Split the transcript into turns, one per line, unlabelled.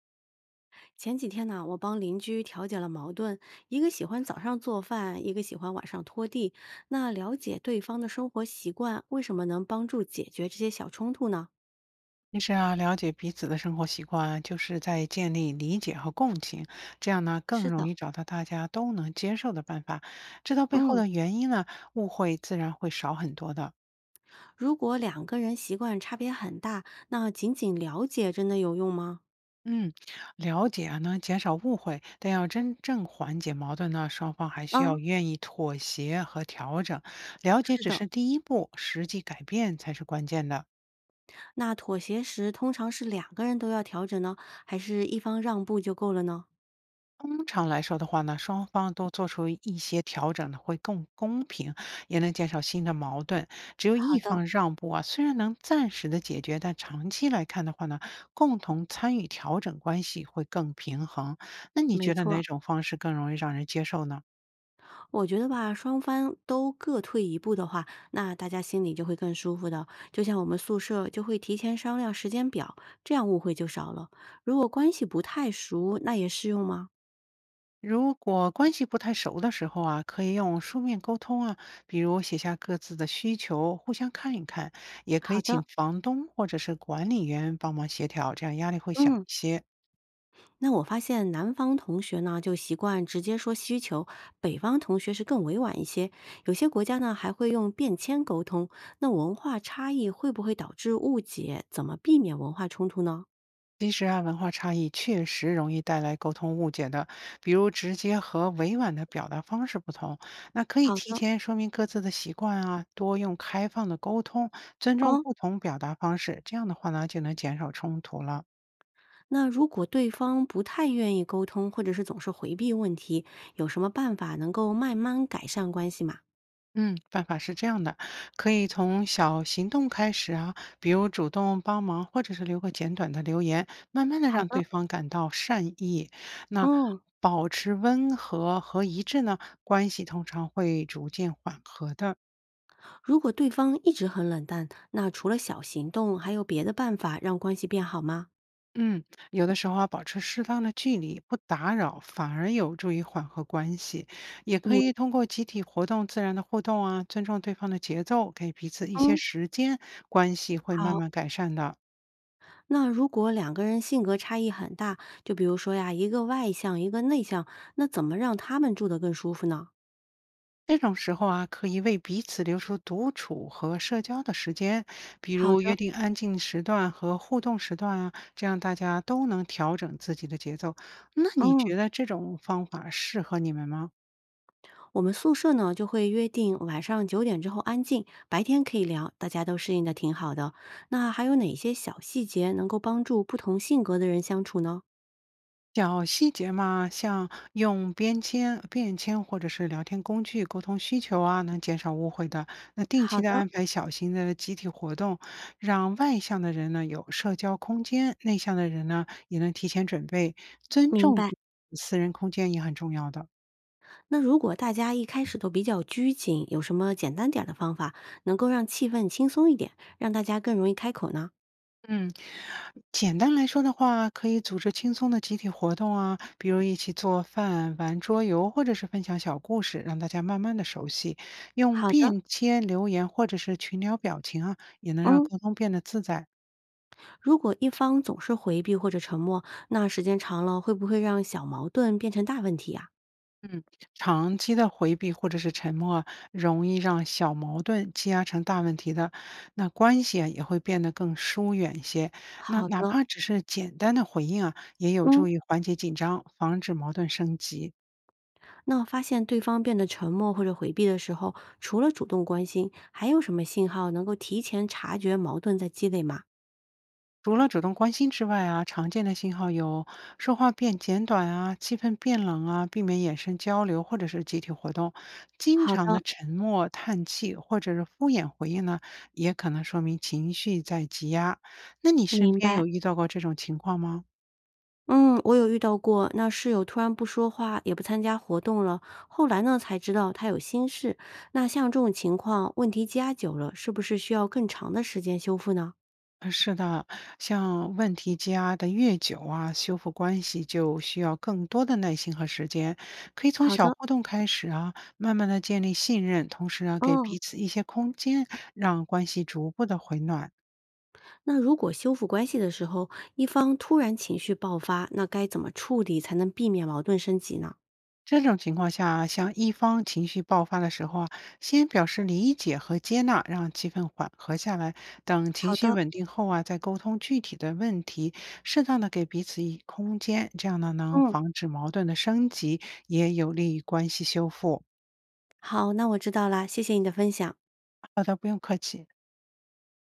前几天呢，我帮邻居调解了矛盾，一个喜欢早上做饭，一个喜欢晚上拖地。那了解对方的生活习惯，为什么能帮助解决这些小冲突呢？
其实啊，了解彼此的生活习惯啊，就是在建立理解和共情，这样呢更
是
容
的。
易找到大家都能接受的办法。知道背后
嗯。
的原因呢，误会自然会少很多的。
如果两个人习惯差别很大，那仅仅了解真的有用吗？
嗯，了解啊，能减少误会，但要真正缓解矛盾呢，双方还需要
嗯。
愿意妥协和调整。了解
是
只
的。
是第一步，实际改变才是关键的。
那妥协时通常是两个人都要调整呢，还是一方让步就够了呢？
通常来说的话呢，双方都做出一些调整呢，会更公平，也能减少新的矛盾。只有
好
一
的。
方让步啊，虽然能暂时的解决，但长期来看的话呢，共同参与调整关系会更平衡。那你
没
觉得哪
错，
种方式更容易让人接受呢？
我觉得吧，双方都各退一步的话，那大家心里就会更舒服的。就像我们宿舍就会提前商量时间表，这样误会就少了。如果关系不太熟，那也适用吗？
如果关系不太熟的时候啊，可以用书面沟通啊，比如写下各自的需求，互相看一看，也可
好
以请
的。
房东或者是管理员帮忙协调，这样压力会小一
嗯。
些。
那我发现南方同学呢就习惯直接说需求，北方同学是更委婉一些。有些国家呢还会用便签沟通。那文化差异会不会导致误解？怎么避免文化冲突呢？
其实啊，文化差异确实容易带来沟通误解的，比如直接和委婉的表达方式不同，那可以
好
提
的。
前说明各自的习惯啊，多用开放的沟通，尊重
哦。
不同表达方式，这样的话呢，就能减少冲突了。
那如果对方不太愿意沟通，或者是总是回避问题，有什么办法能够慢慢改善关系吗？
嗯，办法是这样的，可以从小行动开始啊，比如主动帮忙，或者是留个简短的留言，慢慢的
好
让
的。
对方感到善意。那
嗯。
保持温和和一致呢，关系通常会逐渐缓和的。
如果对方一直很冷淡，那除了小行动，还有别的办法让关系变好吗？
嗯，有的时候啊，保持适当的距离，不打扰，反而有助于缓和关系。也可
明。
以通过集体活动、自然的互动啊，尊重对方的节奏，给彼此一些
嗯。
时间，关系会慢
好。
慢改善的。
那如果两个人性格差异很大，就比如说呀，一个外向，一个内向，那怎么让他们住得更舒服呢？
这种时候啊，可以为彼此留出独处和社交的时间，比
好
如约
的。
定安静时段和互动时段啊，这样大家都能调整自己的节奏。那你
嗯。
觉得这种方法适合你们吗？
我们宿舍呢就会约定晚上9点之后安静，白天可以聊，大家都适应的挺好的。那还有哪些小细节能够帮助不同性格的人相处呢？
小细节嘛，像用便签或者是聊天工具沟通需求啊，能减少误会的。那定
好
期的
的。
安排小型的集体活动，让外向的人呢有社交空间，内向的人呢也能提前准备，尊
明
重
白。
彼此私人空间也很重要的。
那如果大家一开始都比较拘谨，有什么简单点儿的方法能够让气氛轻松一点，让大家更容易开口呢？
嗯，简单来说的话，可以组织轻松的集体活动啊，比如一起做饭、玩桌游，或者是分享小故事，让大家慢慢的熟悉。用
好的。
便签留言或者是群聊表情啊，也能让
嗯。
沟通变得自在。
如果一方总是回避或者沉默，那时间长了会不会让小矛盾变成大问题呀、
嗯，长期的回避或者是沉默啊容易让小矛盾积压成大问题的，那关系啊也会变得更疏远一些。那
好
哪
的。
怕只是简单的回应啊，也有
嗯。
助于缓解紧张，防止矛盾升级。
那发现对方变得沉默或者回避的时候，除了主动关心，还有什么信号能够提前察觉矛盾在积累吗？
除了主动关心之外啊，常见的信号有说话变简短啊，气氛变冷啊，避免眼神交流或者是集体活动，经
好
常的
的。
沉默、叹气或者是敷衍回应呢，也可能说明情绪在积压。那你身
明
边有
白。
遇到过这种情况吗？
嗯，我有遇到过，那室友突然不说话，也不参加活动了。后来呢，才知道他有心事。那像这种情况，问题积压久了，是不是需要更长的时间修复呢？
是的，像问题积压的越久啊，修复关系就需要更多的耐心和时间。可以从
好
小
的。
互动开始啊，慢慢的建立信任，同时呢，给
哦。
彼此一些空间，让关系逐步的回暖。
那如果修复关系的时候，一方突然情绪爆发，那该怎么处理才能避免矛盾升级呢？
这种情况下，像一方情绪爆发的时候啊，先表示理解和接纳，让气氛缓和下来。等情
好
绪
的。
稳定后啊，再沟通具体的问题，适当的给彼此以空间，这样呢能
嗯。
防止矛盾的升级，也有利于关系修复。
好，那我知道啦，谢谢你的分享。
好的，不用客气。